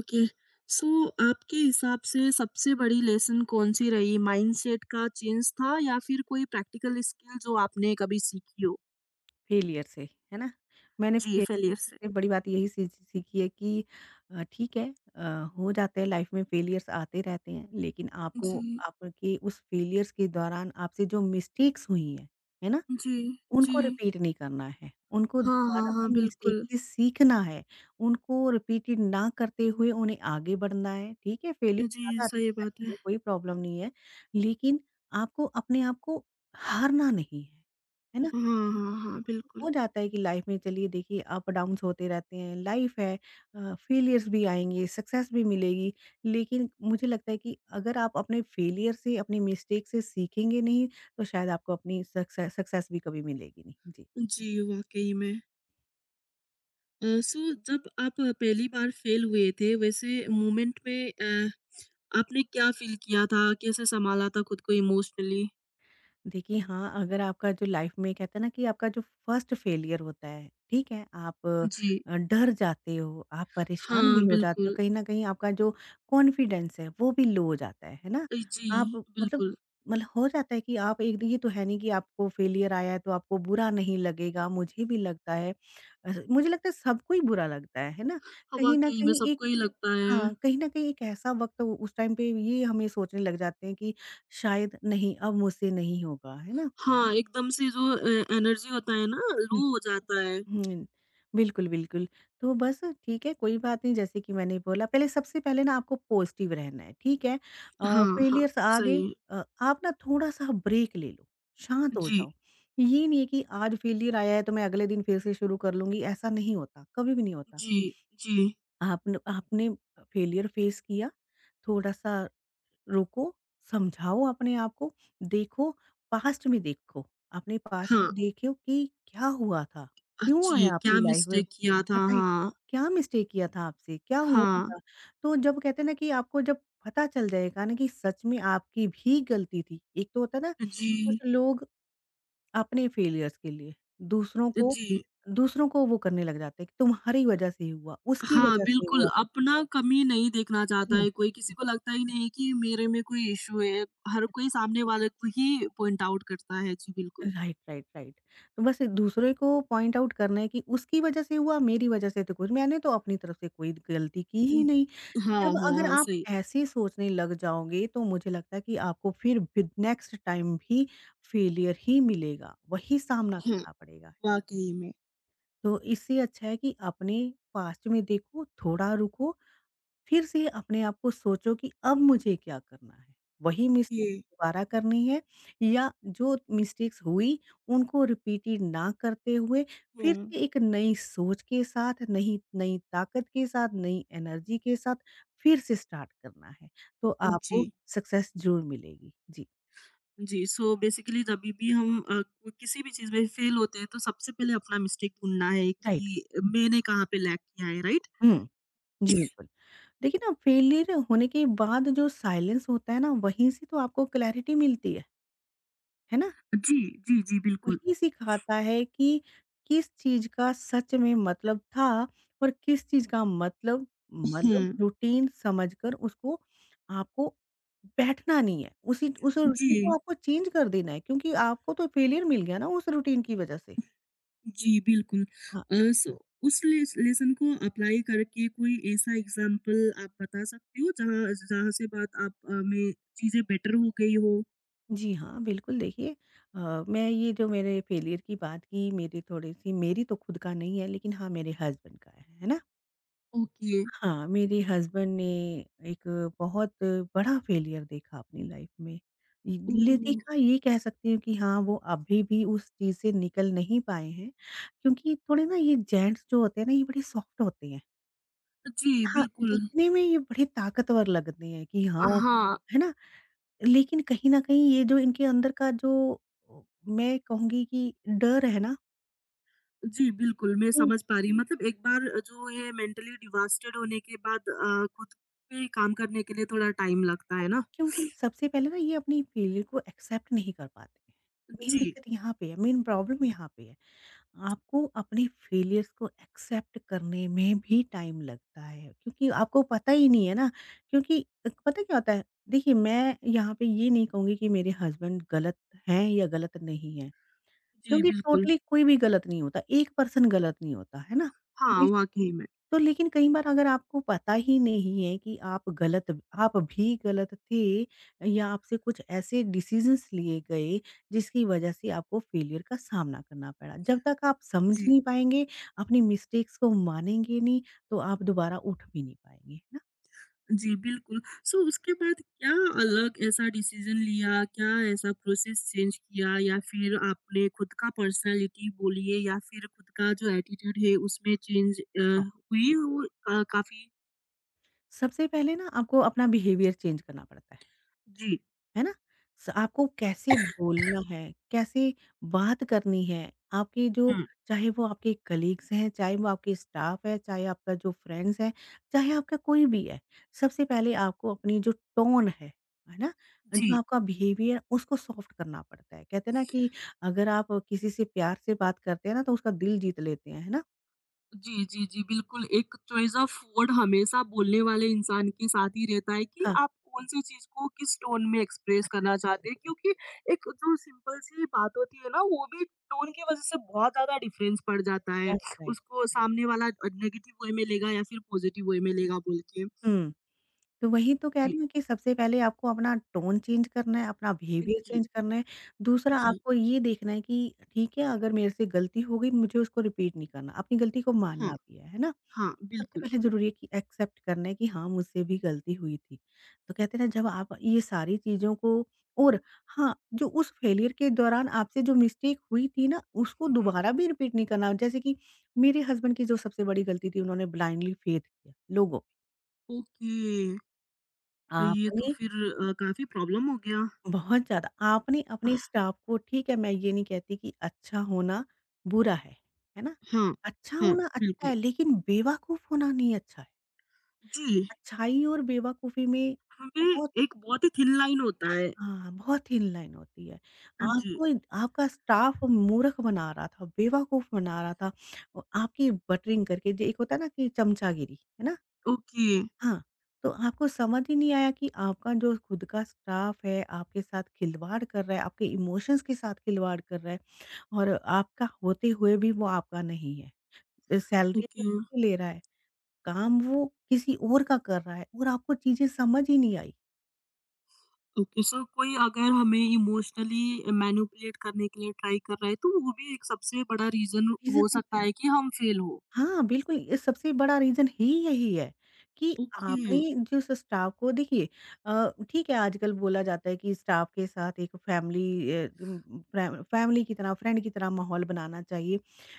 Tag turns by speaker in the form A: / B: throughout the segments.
A: Okay. सो आपके हिसाब से सबसे बड़ी लेसन कौन-सी रही? माइंडसेट का चेंज था या फिर कोई प्रैक्टिकल स्किल जो आपने कभी सीखी हो?
B: फेलियर से, है ना? मैंने
A: जी,
B: फेलियर
A: फेलियर से।
B: से बड़ी बात यही सी सीखी है कि ठीक है हो जाते हैं लाइफ में फेलियर्स आते रहते हैं, लेकिन आपको
A: जी,
B: आपके उस फेलियर्स के दौरान आपसे जो मिस्टेक्स हुई हैं, है ना?
A: जी, जी।
B: उनको रिपीट नहीं करना है, उनको
A: हाँ, हाँ,
B: दोबारा
A: हाँ,
B: उन मिस्टेक
A: बिल्कुल।
B: से सीखना है, उनको रिपीटेड ना करते हुए उन्हें आगे बढ़ना है, ठीक है?
A: जी,
B: फेलियर आ जाते
A: सही
B: हैं
A: बात
B: लाइफ
A: है।
B: में, कोई प्रॉब्लम नहीं है, लेकिन आपको अपने आप को हारना नहीं है, है ना?
A: हाँ, हाँ, हाँ,
B: हो
A: बिल्कुल।
B: जाता है कि लाइफ में चलिए देखिए अप डाउन्स होते रहते हैं। लाइफ है, फेलियर्स भी आएंगे, सक्सेस भी मिलेगी, लेकिन मुझे लगता है कि अगर आप अपने फेलियर से अपनी मिस्टेक से सीखेंगे नहीं तो शायद आपको अपनी सक्सेस सक्सेस भी कभी मिलेगी नहीं। जी
A: जी, वाक़ई में। सो जब आप पहली बार फेल हुए थे, वैसे मोमेंट में आपने क्या फ़ील किया था? कैसे सँभाला था खुद को इमोशनली?
B: देखिए हाँ, अगर आपका जो लाइफ़ में कहते हैं ना कि आपका जो फर्स्ट फेलियर होता है, ठीक है? आप
A: जी।
B: डर जाते हो, आप परेशान भी
A: हाँ,
B: हो जाते हो,
A: बिल्कुल।
B: कहीं न कहीं आपका जो कॉन्फिडेंस है वो भी लो हो जाता है ना?
A: जी,
B: आप मतलब
A: बिल्कुल।
B: मतलब हो जाता है कि आप एक दिन ये तो है नहीं कि आपको फेलियर आया है तो आपको बुरा नहीं लगेगा, मुझे भी लगता है मुझे लगता है सबको ही बुरा लगता है ना? कहीं न
A: वाक़ई में
B: कहीं
A: सबको
B: एक
A: ही लगता है।
B: हाँ, कहीं न कहीं एक ऐसा वक़्त उस टाइम पे ये हमें सोचने लग जाते हैं कि शायद नहीं अब मुझसे नहीं होगा, है ना?
A: हाँ, एकदम से जो ए एनर्जी होता है ना,
B: हुँ,
A: लो हो जाता है।
B: हुँ। बिल्कुल, बिल्कुल। तो बस ठीक है, कोई बात नहीं जैसे कि मैंने बोला पहले सबसे पहले ना आपको पॉज़िटिव रहना है, ठीक है?
A: हाँ, हाँ,
B: फेलियर्स आ गए।
A: सही है।
B: आप ना थोड़ा-सा ब्रेक ले लो, शांत हो
A: जी,
B: जाओ। ये नहीं है कि आज फेलियर आया है तो मैं अगले दिन फिर से शुरू कर लूँगी, ऐसा नहीं होता, कभी भी नहीं होता।
A: जी, जी।
B: आपने आपने फेलियर फेस किया, थोड़ा-सा रोको, समझाओ अपने आप को, देखो, पास्ट में देखो, अपने पास्ट
A: हाँ,
B: को देखो कि क्या हुआ था? क्यों
A: जी,
B: आया
A: क्या
B: आपकी लाइफ में?
A: मिस्टेक किया था,
B: राइट,
A: हाँ।
B: क्या मिस्टेक किया था आपसे? क्या हुआ
A: हाँ,
B: था? तो जब कहते हैं ना कि आपको जब पता चल जाएगा ना कि सच में आपकी भी गलती थी। एक तो होता है ना कुछ
A: जी,
B: लोग अपने फेलियर्स के लिए दूसरों को
A: जी।
B: दूसरों को वो करने लग जाते हैं कि तुम्हारी वजह से ही हुआ, उसकी
A: हाँ,
B: वजह से
A: बिल्कुल,
B: हुआ।
A: अपना कमी नहीं देखना चाहता
B: हुँ।
A: है कोई, किसी को लगता ही नहीं कि मेरे में कोई इश्यू है, हर कोई सामने वाले को ही पॉइंट आउट करता है। जी, बिल्कुल।
B: Right, right, right. तो बस दूसरे को पॉइंट आउट करना है कि उसकी वजह से हुआ, मेरी वजह से तो कुछ मैंने तो अपनी तरफ से कोई गलती की ही
A: हुँ।
B: नहीं।
A: हाँ,
B: जब
A: हाँ,
B: अगर
A: हाँ,
B: आप
A: सही।
B: ऐसे सोचने लग जाओगे, तो मुझे लगता है कि आपको फिर भी नेक्स्ट टाइम भी फेलियर ही मिलेगा, वही सामना
A: हाँ,
B: करना पड़ेगा।
A: वाक़ई में।
B: तो इससे अच्छा है कि अपने पास्ट में देखो, थोड़ा रुको, फिर से अपने आप को सोचो कि अब मुझे क्या करना है? वही मिस्टेक
A: ये
B: दोबारा करनी है या जो मिस्टेक्स हुई उनको रिपीटेड ना करते हुए
A: हुँ।
B: फिर से एक नई सोच के साथ, नई नई ताकत के साथ, नई एनर्जी के साथ फिर से स्टार्ट करना है। तो आपको
A: जी,
B: सक्सेस ज़रूर मिलेगी। जी,
A: जी। सो बेसिकली जभी भी हम किसी भी चीज़ में फेल होते हैं तो सबसे पहले अपना मिस्टेक ढूँढना है
B: राइट।
A: कि मैंने कहाँ पे लैग किया है, राइट?
B: हुँ, जी बिल्कुल। देखिए ना फेलियर होने के बाद जो साइलेंस होता है ना वहीं से तो आपको क्लैरिटी मिलती है ना?
A: जी, जी, जी, बिल्कुल।
B: वही सिखाता है कि किस चीज़ का सच में मतलब था और किस चीज़ का मतलब, मतलब
A: हाँ,
B: रूटीन समझकर उसको आपको बैठना नहीं है। उसी उस रूटीन को
A: जी,
B: आपको चेंज कर देना है क्योंकि आपको तो फेलियर मिल गया ना उस रूटीन की वज़ह से।
A: जी, बिल्कुल।
B: हाँ,
A: सो उस लेसन को अप्लाई करके कोई ऐसा एग्ज़ाम्पल आप बता सकते हो जहाँ जहाँ से बात आप में चीज़ें बेटर हो गई हो?
B: जी हाँ, बिल्कुल देखिए मैं ये जो मेरे फेलियर की बात की मेरी थोड़ी-सी मेरी तो खुद का नहीं है लेकिन हाँ, मेरे हस्बैंड का है ना?
A: ओके।
B: हाँ, मेरे हस्बैंड ने एक बहुत बड़ा फेलियर देखा अपनी लाइफ में। इ
A: ओह हो!
B: ले देखा ये कह सकती हूँ कि हाँ, वो अभी भी उस चीज़ से निकल नहीं पाए हैं, क्योंकि थोड़े ना ये जेंट्स जो होते हैं ना, ये बड़े सॉफ्ट होते हैं।
A: जी,
B: हाँ,
A: बिल्कुल।
B: दिखने में ये बड़े ताकतवर लगते हैं कि हाँ,
A: हाँ।
B: है ना? लेकिन कहीं न कहीं ये जो इनके अंदर का जो मैं कहूँगी कि डर है ना
A: जी, बिल्कुल, मैं समझ पा रही हूँ। मतलब एक बार जो है मेंटली डिवास्टेड होने के बाद खुद पे काम करने के लिए थोड़ा टाइम लगता है ना?
B: क्योंकि सबसे पहले ना ये अपनी फेलियर को एक्सेप्ट नहीं कर पाते हैं। मेन
A: जी।
B: दिक्कत यहाँ पे है, मेन प्रॉब्लम यहाँ पे है। आपको अपने फेलियर्स को एक्सेप्ट करने में भी टाइम लगता है क्योंकि आपको पता ही नहीं है ना क्योंकि पता क्या होता है देखिए मैं यहाँ पे ये नहीं कहूँगी कि मेरे हस्बैंड गलत हैं या गलत नहीं है
A: जी,
B: क्योंकि
A: बिल्कुल।
B: टोटली कोई भी गलत नहीं होता, एक पर्सन गलत नहीं होता है ना।
A: हाँ, वाक़ई में।
B: तो लेकिन कई बार अगर आपको पता ही नहीं है कि आप भी गलत थे या आपसे कुछ ऐसे डिसीजंस लिए गए जिसकी वजह से आपको फेलियर का सामना करना पड़ा। जब तक आप समझ
A: जी।
B: नहीं पाएँगे, अपनी मिस्टेक्स को मानेंगे नहीं, तो आप दोबारा उठ भी नहीं पाएँगे, है ना?
A: जी, बिल्कुल। सो उसके बाद क्या अलग ऐसा डिसीज़न लिया? क्या ऐसा प्रोसेस चेंज किया या फिर आपने खुद का पर्सनैलिटी बोलिए या फिर खुद का जो एटीट्यूड है उसमें चेंज
B: हाँ।
A: हुई हो काफ़ी?
B: सबसे पहले ना आपको अपना बिहेवियर चेंज करना पड़ता है।
A: जी।
B: है ना? स आपको कैसे बोलना है, कैसे बात करनी है, आपकी जो
A: हुँ,
B: चाहे वो आपके कलीग्स हैं, चाहे वो आपके स्टाफ है, चाहे आपका जो फ्रेंड्स है, चाहे आपका कोई भी है। सबसे पहले आपको अपनी जो टोन है ना? जो
A: जी।
B: आपका बिहेवियर उसको सॉफ्ट करना पड़ता है। कहते हैं ना कि अगर आप किसी से प्यार से बात करते हैं ना तो उसका दिल जीत लेते हैं, है ना?
A: जी, जी, जी, बिल्कुल, एक चॉइस ऑफ वर्ड हमेशा बोलने वाले इंसान के साथ ही रहता है कि
B: हाँ।
A: आप कौन-सी चीज़ को किस टोन में एक्सप्रेस करना चाहते हैं क्योंकि एक जो सिंपल सी बात होती है ना, वो भी टोन की वज़ह से बहुत ज़्यादा डिफ़रेंस पड़ जाता है।
B: Right, right.
A: उसको सामने वाला नेगेटिव वे में लेगा या फिर पॉज़िटिव वे में लेगा बोल के।
B: हुँ। तो वही तो कह रही
A: जी,
B: हूँ कि सबसे पहले आपको अपना टोन चेंज करना है, अपना बिहेवियर
A: जी,
B: चेंज करना है। दूसरा
A: जी।
B: आपको ये देखना है कि ठीक है, अगर मेरे से गलती हो गई मुझे उसको रिपीट नहीं करना, अपनी गलती को
A: हाँ,
B: मानना भी है ना?
A: हाँ,
B: सबसे
A: बिल्कुल।
B: पहले ज़रूरी है कि एक्सेप्ट करना है कि हाँ, मुझसे भी गलती हुई थी। तो कहते हैं ना जब आप ये सारी चीज़ों को और हाँ, जो उस फेलियर के दौरान आपसे जो मिस्टेक हुई थी ना, उसको
A: हुँ, हुँ।
B: दोबारा भी रिपीट नहीं करना। जैसे कि मेरे हस्बैंड की जो सबसे बड़ी गलती थी उन्होंने ब्लाइंडली फेथ किया लोगों पे।
A: ओके, ये तो
B: आपने
A: फिर काफ़ी प्रॉब्लम हो गया।
B: बहुत ज़्यादा। आपने अपने स्टाफ को ठीक है मैं ये नहीं कहती कि अच्छा होना बुरा है ना?
A: हाँ,
B: अच्छा
A: हाँ,
B: होना अच्छा
A: बिल्कुल।
B: है लेकिन बेवकूफ़ होना नहीं अच्छा है।
A: जी।
B: अच्छाई और बेवकूफ़ी में
A: हमें
B: बहुत
A: एक बहुत ही थिन लाइन होता है।
B: हाँ, बहुत थिन लाइन होती है।
A: हाँ जी।
B: आपको आपका स्टाफ मूर्ख बना रहा था, बेवकूफ़ बना रहा था। आपकी बटरिंग करके जो एक होता है ना कि चमचागिरी, है ना?
A: ओके,
B: हाँ, तो आपको समझ ही नहीं आया कि आपका जो खुद का स्टाफ है, आपके साथ खिलवाड़ कर रहा है, आपके इमोशंस के साथ खिलवाड़ कर रहा है और आपका होते हुए भी वो आपका नहीं है। सैलरी वो
A: ओके,
B: आपसे ले रहा है, काम वो किसी और का कर रहा है और आपको चीज़ें समझ ही नहीं आई।
A: ओके। सो कोई अगर हमें इमोशनली मैनिपुलेट करने के लिए ट्राई कर रहा है तो वो भी एक सबसे बड़ा रीज़न
B: रीज़न
A: हो
B: होता
A: सकता
B: है।
A: है कि हम फेल हो।
B: हाँ, बिल्कुल, ये सबसे बड़ा रीज़न ही यही है कि
A: ओके।
B: आपने जिस स्टाफ को देखिए ठीक है आजकल बोला जाता है कि स्टाफ के साथ एक फैमिली फ्रै फैमिली की तरह, फ्रेंड की तरह माहौल बनाना चाहिए।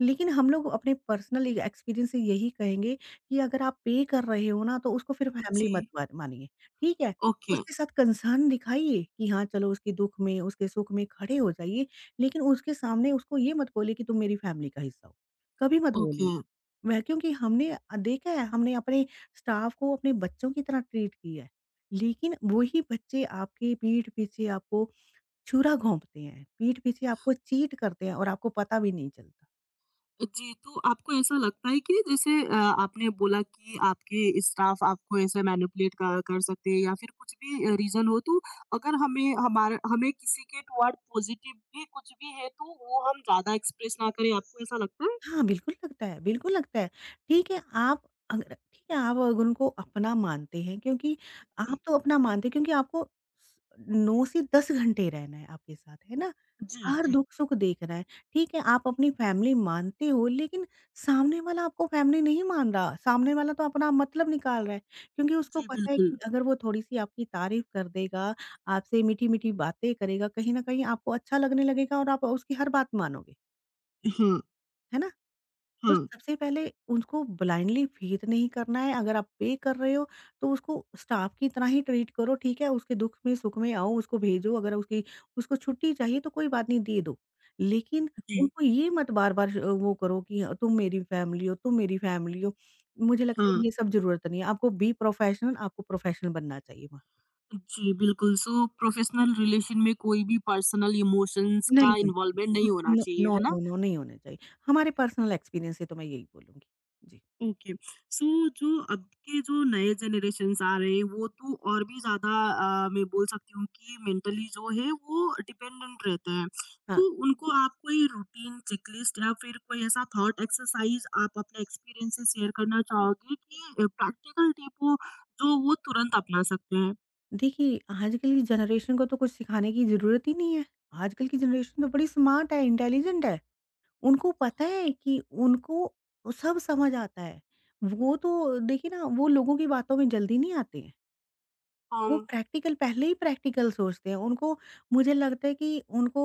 B: लेकिन हम लोग अपने पर्सनल एक एक्सपीरियंस से यही कहेंगे कि अगर आप पे कर रहे हो ना, तो उसको फिर फैमिली मत
A: जी।
B: मा मानिए, ठीक है?
A: ओके,
B: उसके साथ कंसर्न दिखाइए कि हाँ, चलो उसके दुःख में, उसके सुख में खड़े हो जाइए, लेकिन उसके सामने उसको ये मत बोलिए कि तुम मेरी फैमिली का हिस्सा हो, कभी मत बोलिए।
A: ओके।
B: वह क्योंकि हमने देखा है हमने अपने स्टाफ को अपने बच्चों की तरह ट्रीट किया है। लेकिन वही बच्चे आपके पीठ पीछे आपको छुरा घोंपते हैं, पीठ पीछे आपको चीट करते हैं और आपको पता भी नहीं चलता।
A: जी, तो आपको ऐसा लगता है कि जैसे आपने बोला कि आपके स्टाफ आपको ऐसे मैनिपुलेट कर कर सकते हैं या फिर कुछ भी रीज़न हो तो अगर हमें किसी के टुवर्ड पॉज़िटिव भी कुछ भी है तो वो हम ज़्यादा एक्सप्रेस ना करें, आपको ऐसा लगता है?
B: हाँ, बिल्कुल लगता है, बिल्कुल लगता है। ठीक है, आप अगर ठीक है, आप अगर उनको अपना मानते हैं क्योंकि आप
A: जी,
B: तो अपना मानते हैं क्योंकि आपको स 9 से 10 घंटे रहना है आपके साथ, है ना?
A: जी,
B: हर
A: जी।
B: दुख-सुख देख रहा है। ठीक है, आप अपनी फैमिली मानते हो लेकिन सामने वाला आपको फैमिली नहीं मान रहा, सामने वाला तो अपना मतलब निकाल रहा है। क्योंकि उसको
A: जी,
B: पता है
A: बिल्कुल।
B: कि अगर वो थोड़ी-सी आपकी तारीफ़ कर देगा, आपसे मीठी-मीठी बातें करेगा, कहीं न कहीं आपको अच्छा लगने लगेगा और आप उसकी हर बात मानोगे।
A: हाँ,
B: है ना? तो
A: हाँ।
B: सबसे पहले उनको ब्लाइंडली फेथ नहीं करना है, अगर आप पे कर रहे हो, तो उसको स्टाफ की तरह ही ट्रीट करो, ठीक है? उसके दुःख में, सुख में आओ, उसको भेजो, अगर उसकी उसको छुट्टी चाहिए तो कोई बात नहीं, दे दो। लेकिन
A: जी,
B: उनको ये मत बार-बार श वो करो कि तुम मेरी फैमिली हो, तुम मेरी फैमिली हो। मुझे लगता है
A: हाँ।
B: ये सब ज़रूरत नहीं है, आपको बी प्रोफेशनल, आपको प्रोफेशनल बनना चाहिए वहाँ पे।
A: जी, बिल्कुल। सो प्रोफ़ेशनल रिलेशन में कोई भी पर्सनल इमोशंस
B: नहीं
A: का
B: होना चाहिए।
A: इन्वॉल्वमेंट नहीं होना
B: नो
A: चाहिए,
B: नो,
A: है ना?
B: नो, नो, नहीं होना चाहिए। हमारे पर्सनल एक्सपीरियंस से तो मैं यही बोलूँगी। जी,
A: ओके। सो जो अब के जो नए जनरेशन्स आ रहे हैं वो तो और भी ज़्यादा मैं बोल सकती हूँ कि मेंटली जो है वो डिपेंडेंट रहते हैं।
B: हाँ।
A: तो उनको आप कोई रूटीन, चेकलिस्ट या फिर कोई ऐसा थॉट एक्सरसाइज़ आप अपने एक्सपीरियंस से शेयर करना चाहोगे कि प्रैक्टिकल टिप हो जो वो तुरंत अपना सकते हैं?
B: देखिए, आजकल की जनरेशन को तो कुछ सिखाने की ज़रूरत ही नहीं है। आजकल की जनरेशन तो बड़ी स्मार्ट है, इंटेलिजेंट है। उनको पता है कि उनको सब समझ आता है। वो तो देखिए ना, वो लोगों की बातों में जल्दी नहीं आते हैं।
A: अम
B: वो प्रैक्टिकल पहले ही प्रैक्टिकल सोचते हैं। उनको मुझे लगता है कि उनको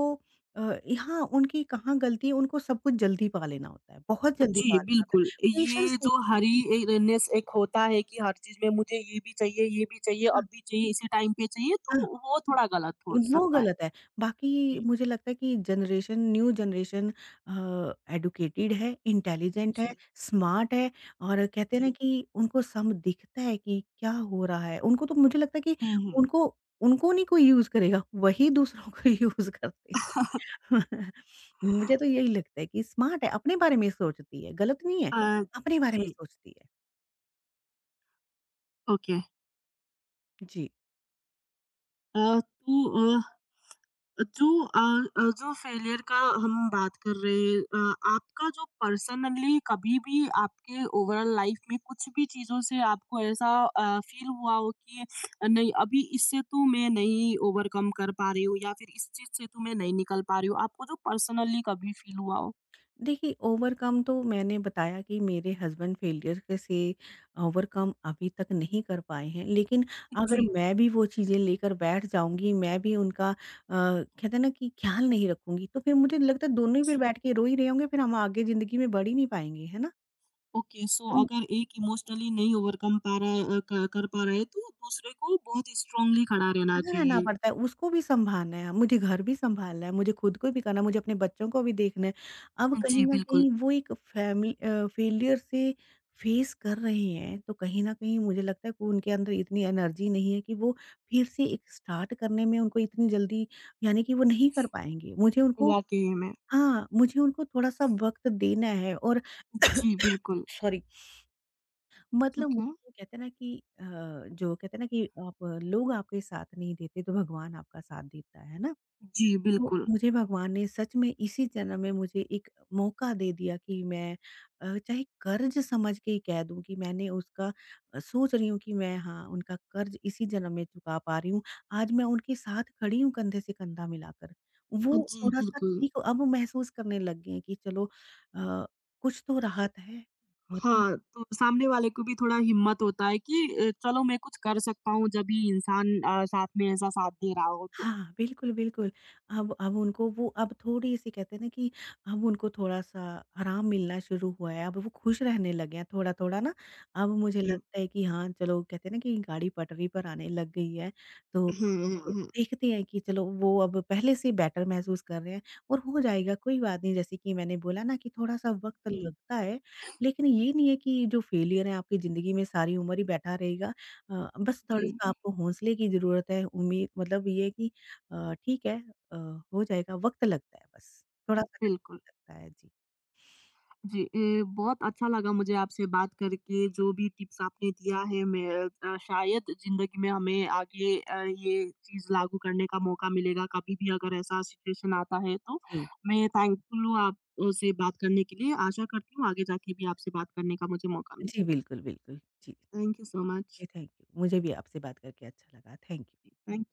B: यहाँ उनकी कहाँ गलती है, उनको सब कुछ जल्दी पा लेना होता है, बहुत जल्दी
A: जी,
B: पा लेना होता
A: बिल्कुल।
B: है। पेशेंस
A: ये
B: नहीं।
A: जो हरीनेस एक होता है कि हर चीज़ में मुझे ये भी चाहिए,
B: हाँ,
A: अब भी चाहिए, इसी टाइम पे चाहिए,
B: हाँ।
A: तो वो थोड़ा गलत हो
B: वो
A: सकता है।
B: गलत है। बाकी
A: जी,
B: मुझे लगता है कि जनरेशन न्यू जनरेशन एडुकेटेड है, इंटेलिजेंट है,
A: जी,
B: स्मार्ट है और कहते हैं ना
A: जी।
B: कि उनको सब दिखता है कि क्या हो रहा है। उनको तो मुझे लगता है कि
A: हुँ, हुँ।
B: उनको उनको नहीं कोई यूज़ करेगा, वही दूसरों को यूज़ करते हैं। मुझे तो यही लगता है कि स्मार्ट है, अपने बारे में सोचती है, गलत नहीं है,
A: अ,
B: अपने बारे में
A: जी,
B: सोचती है।
A: ओके।
B: जी।
A: अ, तो अ, जो अ जो फेलियर का हम बात कर रहे हैं आपका जो पर्सनली कभी भी आपके ओवरऑल लाइफ में कुछ भी चीज़ों से आपको ऐसा फ़ील हुआ हो कि नहीं अभी इससे तो मैं नहीं ओवरकम कर पा रही हूँ या फिर इस चीज़ से तो मैं नहीं निकल पा रही हूँ। आपको जो पर्सनली कभी फ़ील हुआ हो?
B: देखिए, ओवरकम तो मैंने बताया कि मेरे हस्बैंड फेलियर के से ओवरकम अभी तक नहीं कर पाए हैं। लेकिन अगर
A: जी,
B: मैं भी वो चीज़ें लेकर बैठ जाऊँगी, मैं भी उनका कहते हैं ना कि ख़्याल नहीं रखूँगी, तो फिर मुझे लगता है दोनों ही फिर
A: जी।
B: बैठ के रो ही रहे होंगे, फिर हम आगे ज़िंदगी में बढ़ ही नहीं पाएँगे, है ना?
A: ओके, सो
B: तो
A: अगर एक इमोशनली नहीं ओवरकम पा रहा है अ, क कर पा रहा है तो दूसरे को बहुत स्ट्रॉन्गली खड़ा रहना
B: खड़ा रहना
A: चाहिए।
B: पड़ता है, उसको भी सँभालना है, मुझे घर भी सँभालना है, मुझे खुद को भी करना है, मुझे अपने बच्चों को भी देखना है। अब कहीं
A: जी,
B: न
A: बिल्कुल।
B: कहीं वो एक फैमिली फेलियर से फेस कर रहे हैं, तो कहीं न कहीं मुझे लगता है कि उनके अंदर इतनी एनर्जी नहीं है कि वो फिर से एक स्टार्ट करने में उनको इतनी जल्दी, यानी कि वो नहीं कर पाएँगे। मुझे उनको
A: वाक़ई में।
B: हाँ, मुझे उनको थोड़ा-सा वक़्त देना है और
A: जी, बिल्कुल।
B: सॉरी। मतलब
A: ठीक है।
B: मुझे कहते हैं ना कि जो कहते हैं ना कि आप लोग आपके साथ नहीं देते, तो भगवान आपका साथ देता है ना?
A: जी,
B: तो
A: बिल्कुल।
B: मुझे भगवान ने सच में इसी जन्म में मुझे एक मौका दे दिया कि मैं चाहे कर्ज समझ के ही कह दूँ कि मैंने उसका सोच रही हूँ कि मैं हाँ, उनका कर्ज इसी जन्म में चुका पा रही हूँ। आज मैं उनके साथ खड़ी हूँ कंधे से कंधा मिलाकर। वो
A: जी,
B: थोड़ा-सा
A: बिल्कुल।
B: ठीक अब महसूस करने लग गए हैं कि चलो अ, कुछ तो राहत है।
A: हाँ, तो सामने वाले को भी थोड़ा हिम्मत होता है कि चलो मैं कुछ कर सकता हूँ जब ये इंसान साथ में ऐसा साथ दे रहा हो तो।
B: हाँ, बिल्कुल, बिल्कुल। अब उनको वो अब थोड़ी-सी कहते हैं ना कि अब उनको थोड़ा-सा आराम मिलना शुरू हुआ है, अब वो खुश रहने लगे हैं थोड़ा-थोड़ा ना। अब मुझे
A: जी।
B: लगता है कि हाँ, चलो कहते हैं ना कि गाड़ी पटरी पर आने लग गई है, तो
A: हुँ, हुँ, हुँ।
B: देखते हैं कि चलो वो अब पहले से बेटर महसूस कर रहे हैं और हो जाएगा, कोई बात नहीं। जैसे कि मैंने बोला ना कि थोड़ा-सा वक़्त
A: जी,
B: लगता है, लेकिन ये नहीं है कि जो फेलियर है आपकी ज़िंदगी में सारी उम्र ही बैठा रहेगा। बस
A: जी,
B: थोड़ा-सा हुँ। आपको हौसले की ज़रूरत है, उम्मीद मतलब ये है कि ठीक है अ, हो जाएगा, वक़्त लगता है बस, थोड़ा-सा
A: बिल्कुल।
B: वक़्त लगता है। जी,
A: जी, ए, बहुत अच्छा लगा मुझे आपसे बात करके, जो भी टिप्स आपने दिया है मैं शायद ज़िंदगी में हमें आगे ये चीज़ लागू करने का मौका मिलेगा, कभी भी अगर ऐसा सिचुएशन आता है तो।
B: जी।
A: मैं थैंकफुल हूँ आपसे बात करने के लिए, आशा करती हूँ आगे जाके भी आपसे बात करने का मुझे मौका
B: जी,
A: मिले।
B: बिल्कुल, बिल्कुल। जी,
A: थैंक यू सो मच।
B: जी, थैंक यू। मुझे भी आपसे बात करके अच्छा लगा। Thank you.
A: थैंक